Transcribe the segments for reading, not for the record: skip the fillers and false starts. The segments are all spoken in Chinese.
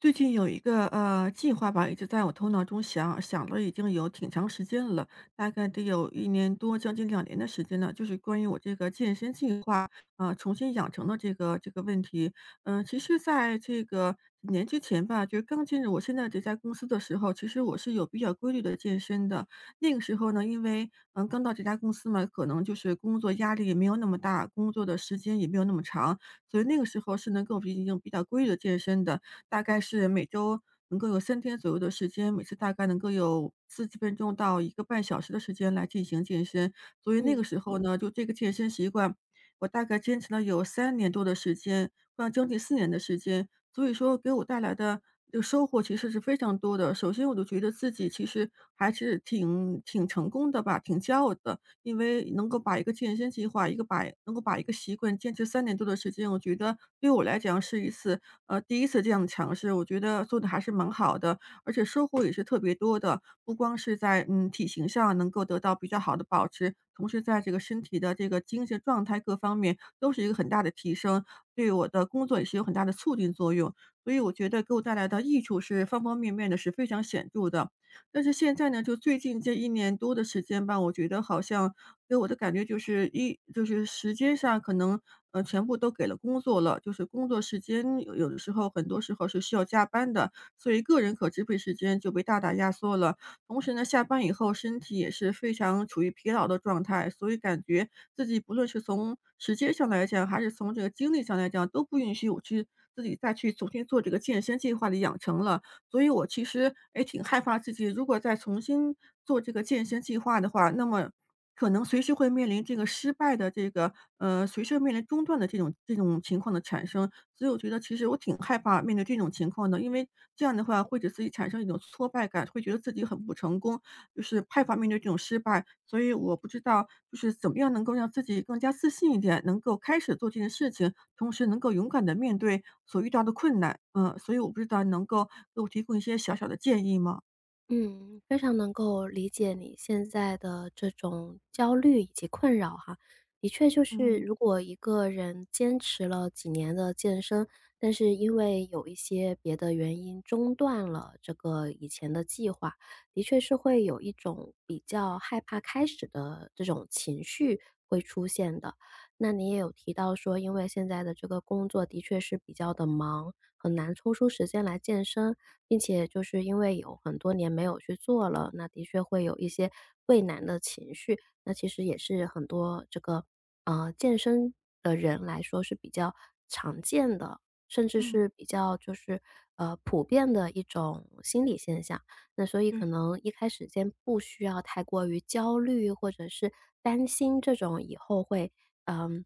最近有一个计划吧，一直在我头脑中想想了已经有挺长时间了，大概得有一年多，将近2年的时间了。就是关于我这个健身计划，重新养成的这个问题。其实在这个几年之前吧，就是刚进入我现在这家公司的时候，其实我是有比较规律的健身的。那个时候呢，因为刚到这家公司嘛，可能就是工作压力也没有那么大，工作的时间也没有那么长，所以那个时候是能够已经比较规律的健身的。大概是每周能够有3天左右的时间，每次大概能够有四十分钟到1个半小时的时间来进行健身。所以那嗯个时候呢，就这个健身习惯，我大概坚持了有三年多的时间，快要将近4年的时间。所以说给我带来的这个收获其实是非常多的。首先我就觉得自己其实还是挺成功的吧，挺骄傲的。因为能够把一个健身计划，一个把能够把一个习惯坚持三年多的时间，我觉得对我来讲是一次第一次这样的尝试，我觉得做的还是蛮好的，而且收获也是特别多的。不光是在，体型上能够得到比较好的保持，同时在这个身体的这个精神状态各方面都是一个很大的提升，对我的工作也是有很大的促进作用。所以我觉得给我带来的益处是方方面面的，是非常显著的。但是现在呢，就最近这一年多的时间吧，我觉得好像给我的感觉就是一就是时间上可能，全部都给了工作了，就是工作时间有的时候很多时候是需要加班的，所以个人可支配时间就被大大压缩了。同时呢，下班以后身体也是非常处于疲劳的状态，所以感觉自己不论是从时间上来讲，还是从这个精力上来讲，都不允许我去自己再去重新做这个健身计划的养成了。所以我其实也挺害怕自己如果再重新做这个健身计划的话，那么可能随时会面临这个失败的这个随时面临中断的这种情况的产生。所以我觉得其实我挺害怕面对这种情况的，因为这样的话会给自己产生一种挫败感，会觉得自己很不成功，就是害怕面对这种失败，所以我不知道就是怎么样能够让自己更加自信一点，能够开始做这件事情，同时能够勇敢的面对所遇到的困难。嗯，所以我不知道能够给我提供一些小小的建议吗？嗯，非常能够理解你现在的这种焦虑以及困扰哈。的确，就是嗯，如果一个人坚持了几年的健身，但是因为有一些别的原因中断了这个以前的计划，的确是会有一种比较害怕开始的这种情绪会出现的。那你也有提到说，因为现在的这个工作的确是比较的忙，很难抽出时间来健身，并且就是因为有很多年没有去做了，那的确会有一些畏难的情绪。那其实也是很多这个健身的人来说是比较常见的，甚至嗯，是比较就是普遍的一种心理现象。那所以对，可能一开始先不需要太过于焦虑，或者是担心这种以后会，嗯，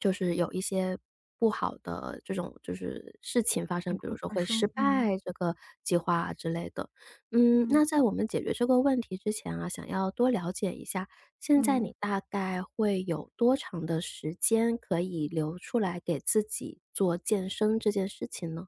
就是有一些不好的这种就是事情发情生，比如况说发会失生，嗯，败这个计划啊之类的。嗯，嗯，嗯那在我们解决这个问题之前啊，想要多了解一下，现在嗯。你大概会有多长的时间可以留出来给自己做健身这件事情呢？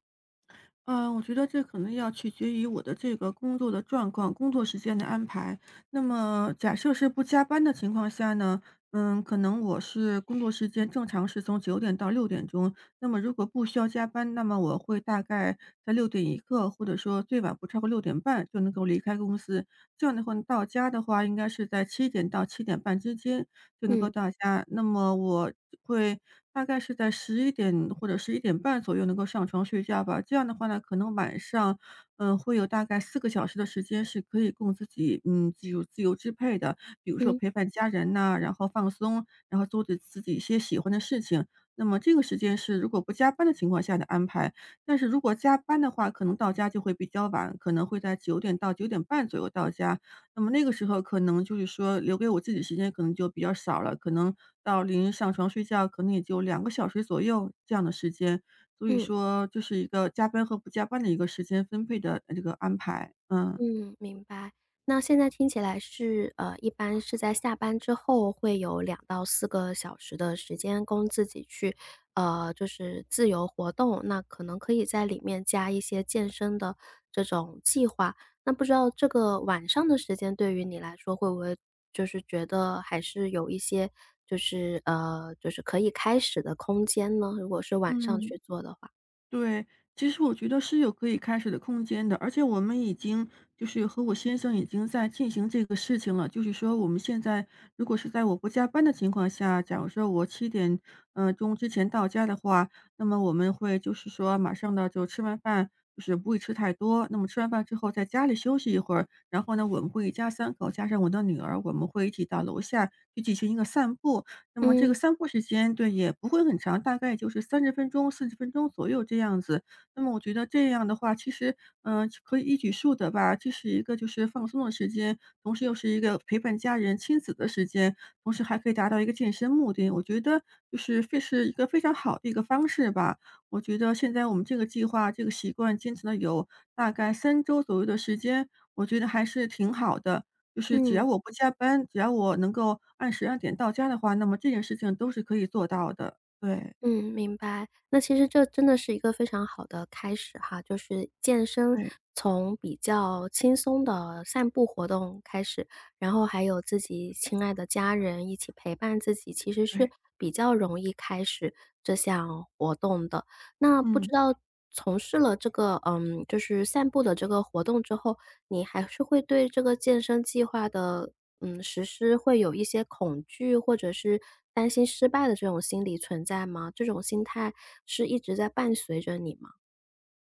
我觉得这可能要取决于我的这个工作的状况，工作时间的安排。那么假设是不加班的情况下呢，可能我是工作时间正常是从九点到6点钟，那么如果不需要加班，那么我会大概在6点一刻，或者说最晚不超过6点半就能够离开公司。这样的话到家的话应该是在七点到7点半之间就能够嗯到家。那么我会大概是在11点或者1 1点半左右能够上床睡觉吧。这样的话呢，可能晚上，会有大概4个小时的时间是可以供自己，自由支配的。比如说嗯陪伴家人呐，然后放松，然后做着自己一些喜欢的事情。那么这个时间是如果不加班的情况下的安排，但是如果加班的话，可能到家就会比较晚，可能会在九点到9点半左右到家。那么那个时候可能就是说留给我自己时间可能就比较少了，可能到临上床睡觉可能也就2个小时左右这样的时间。所以嗯。说就是一个加班和不加班的一个时间分配的这个安排，嗯嗯，明白。那现在听起来是，一般是在下班之后会有两到四个小时的时间供自己去，就是自由活动，那可能可以在里面加一些健身的这种计划。那不知道这个晚上的时间对于你来说会不会就是觉得还是有一些就是，就是可以开始的空间呢？如果是晚上嗯。去做的话。对，其实我觉得是有可以开始的空间的，而且我们已经就是和我先生已经在进行这个事情了。就是说，我们现在如果是在我不加班的情况下，假如说我七点钟之前到家的话，那么我们会就是说马上呢就吃完饭，就是不会吃太多。那么吃完饭之后，在家里休息一会儿，然后呢，我们会一家三口加上我的女儿，我们会一起到楼下去进行一个散步。那么这嗯，个散步时间，对，也不会很长，大概就是30分钟、四十分钟左右这样子。那么我觉得这样的话，其实，可以一举数得吧。这是一个就是放松的时间，同时又是一个陪伴家人、亲子的时间，同时还可以达到一个健身目的。我觉得就是非是一个非常好的一个方式吧。我觉得现在我们这个计划、这个习惯坚持了有大概3周左右的时间，我觉得还是挺好的。就是只要嗯。我不加班，只要我能够按时按点到家的话，那么这件事情都是可以做到的。对，嗯，明白。那其实这真的是一个非常好的开始哈，就是健身对，从比较轻松的散步活动开始，然后还有自己亲爱的家人一起陪伴自己，其实是对，比较容易开始这项活动的。那不嗯。知道从事了这个，嗯，就是散步的这个活动之后，你还是会对这个健身计划的，嗯，实施会有一些恐惧，或者是担心失败的这种心理存在吗？这种心态是一直在伴随着你吗？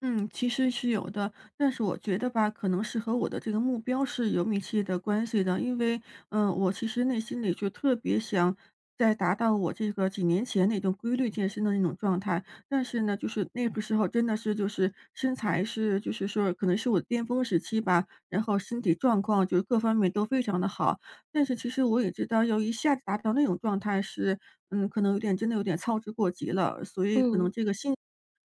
嗯，其实是有的，但是我觉得吧，可能是和我的这个目标是有密切的关系的。因为，我其实内心里就特别想再达到我这个几年前那种规律健身的那种状态，但是呢，就是那个时候真的是就是身材是就是说可能是我巅峰时期吧，然后身体状况就是各方面都非常的好。但是其实我也知道，要一下子达到那种状态是，可能真的有点操之过急了，所以可嗯能这个心，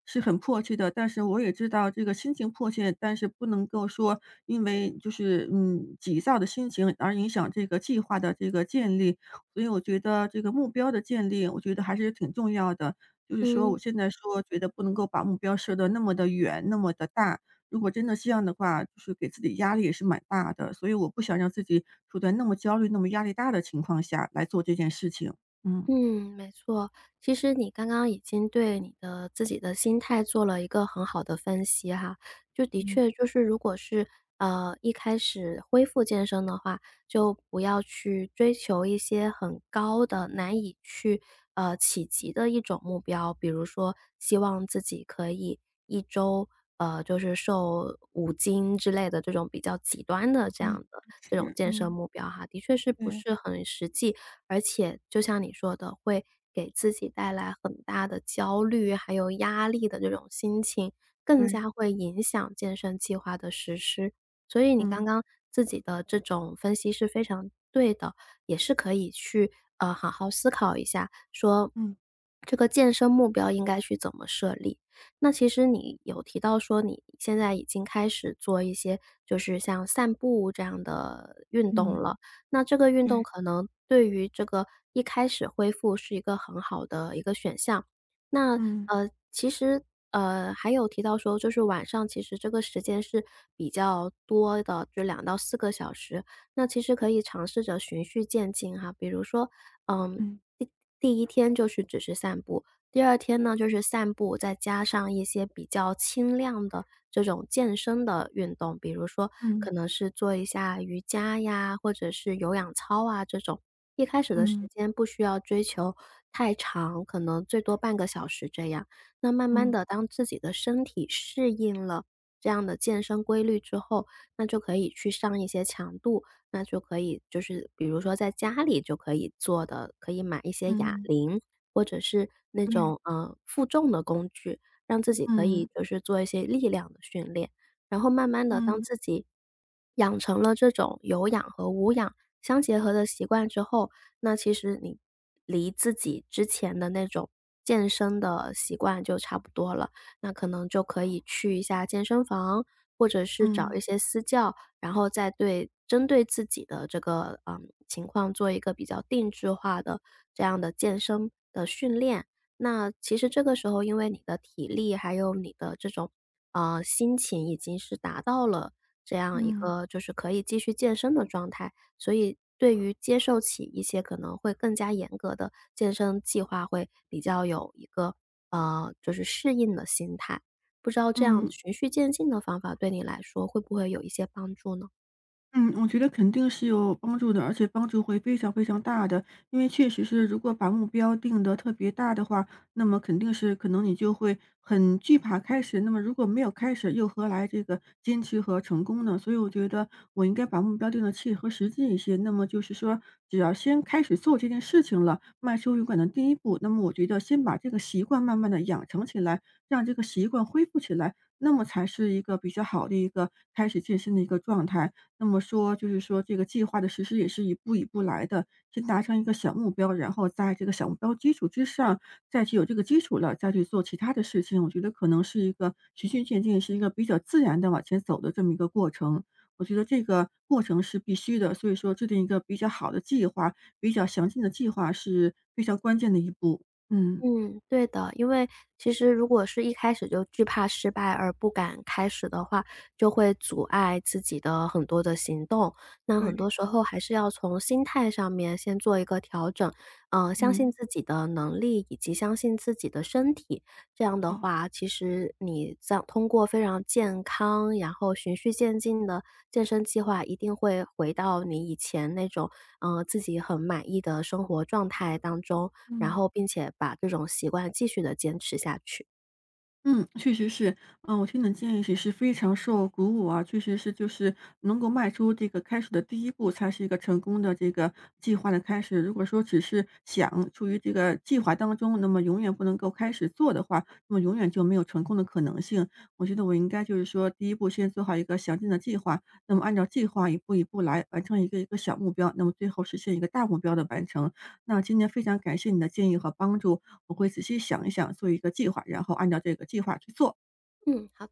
是很迫切的，但是我也知道这个心情迫切，但是不能够说因为就是急躁的心情而影响这个计划的这个建立。所以我觉得这个目标的建立，我觉得还是挺重要的。就是说，嗯。我现在说觉得不能够把目标设得那么的远，那么的大。如果真的这样的话，就是给自己压力也是蛮大的。所以我不想让自己处在那么焦虑、那么压力大的情况下来做这件事情。嗯嗯，没错。其实你刚刚已经对你的自己的心态做了一个很好的分析哈，就的嗯确就是如果是一开始恢复健身的话，就不要去追求一些很高的、难以去企及的一种目标，比如说希望自己可以一周就是瘦5斤之类的这种比较极端的这样嗯，的是，这种是，建设嗯，目标哈，的确是不是对很实际，而且就像你说的，会给自己带来很大的焦虑，还有压力的这种心情，更对。加会影响健身计划的实施。所以你刚嗯。刚自己的这种分析是非常对的，也是可以去好好思考一下，说嗯这个健身目标应该去怎么设立。那其实你有提到说你现在已经开始做一些就是像散步这样的运动嗯，了，那这个运动对，可能对于这个一开始恢复是一个很好的一个选项。那嗯其实还有提到说，就是晚上其实这个时间是比较多的，就两到四个小时。那其实可以尝试着循序渐进哈，比如说，嗯，嗯第第一天就是只是散步，第二天呢，就是散步，再加上一些比较轻量的这种健身的运动，比如说可嗯能是做一下瑜伽呀，或者是有氧操啊这种。一开始的时嗯间不需要追求太长，可能最多半个小时这样。那慢慢嗯的，当自己的身体适应了这样的健身规律之后，那就可以去上一些强度，那就可以就是比如说在家里就可以做的，可以买一些嗯，哑嗯铃，或者是那对，种，负重的工具，让自己可嗯以就是做一些力量的训练。然后慢慢的，当嗯自己养成了这种有氧和无氧相结合的习惯之后，那其实你离自己之前的那种健身的习惯就差不多了。那可能就可以去一下健身房，或者是找嗯一些私教，然后再对针对自己的这个，嗯情况做一个比较定制化的这样的健身的训练。那其实这个时候因为你的体力，还有你的这种，心情已经是达到了这样一嗯嗯个就是可以继续健身的状态，所以对于接受起一些可能会更加严格的健身计划会比较有一个，就是适应的心态。不知道这样嗯。循序渐进的方法对你来说会不会有一些帮助呢？嗯，我觉得肯定是有帮助的，而且帮助会非常非常大的。因为确实是，如果把目标定得特别大的话，那么肯定是可能你就会很惧怕开始。那么如果没有开始，又何来这个坚持和成功呢？所以我觉得我应该把目标定得切合实际一些。那么就是说，只要先开始做这件事情了，迈出勇敢的第一步，那么我觉得先把这个习惯慢慢的养成起来，让这个习惯恢复起来，那么才是一个比较好的一个开始健身的一个状态。那么说，就是说这个计划的实施也是一步一步来的，先达成一个小目标，然后在这个小目标基础之上，再去有这个基础了，再去做其他的事情。我觉得可能是一个循序渐进，是一个比较自然的往前走的这么一个过程。我觉得这个过程是必须的，所以说制定一个比较好的计划，比较详尽的计划是非常关键的一步。嗯，嗯，对的。因为其实如果是一开始就惧怕失败而不敢开始的话，就会阻碍自己的很多的行动。那很多对，时候还是要从心态上面先做一个调整，嗯，相信嗯，自己的能力以及相信自己的身体。这样的好。话，其实你像通过非常健康，然后循序渐进的健身计划，一定会回到你以前那种，嗯自己很满意的生活状态当中。然嗯。后并且把这种习惯继续的坚持下去。嗯，确实是，我听你的建议也是非常受鼓舞啊，确实是就是能够迈出这个开始的第一步，才是一个成功的这个计划的开始。如果说只是想处于这个计划当中，那么永远不能够开始做的话，那么永远就没有成功的可能性。我觉得我应该就是说，第一步先做好一个详尽的计划，那么按照计划一步一步来完成一个一个小目标，那么最后实现一个大目标的完成。那今天非常感谢你的建议和帮助，我会仔细想一想，做一个计划，然后按照这个计划去做。嗯，好的。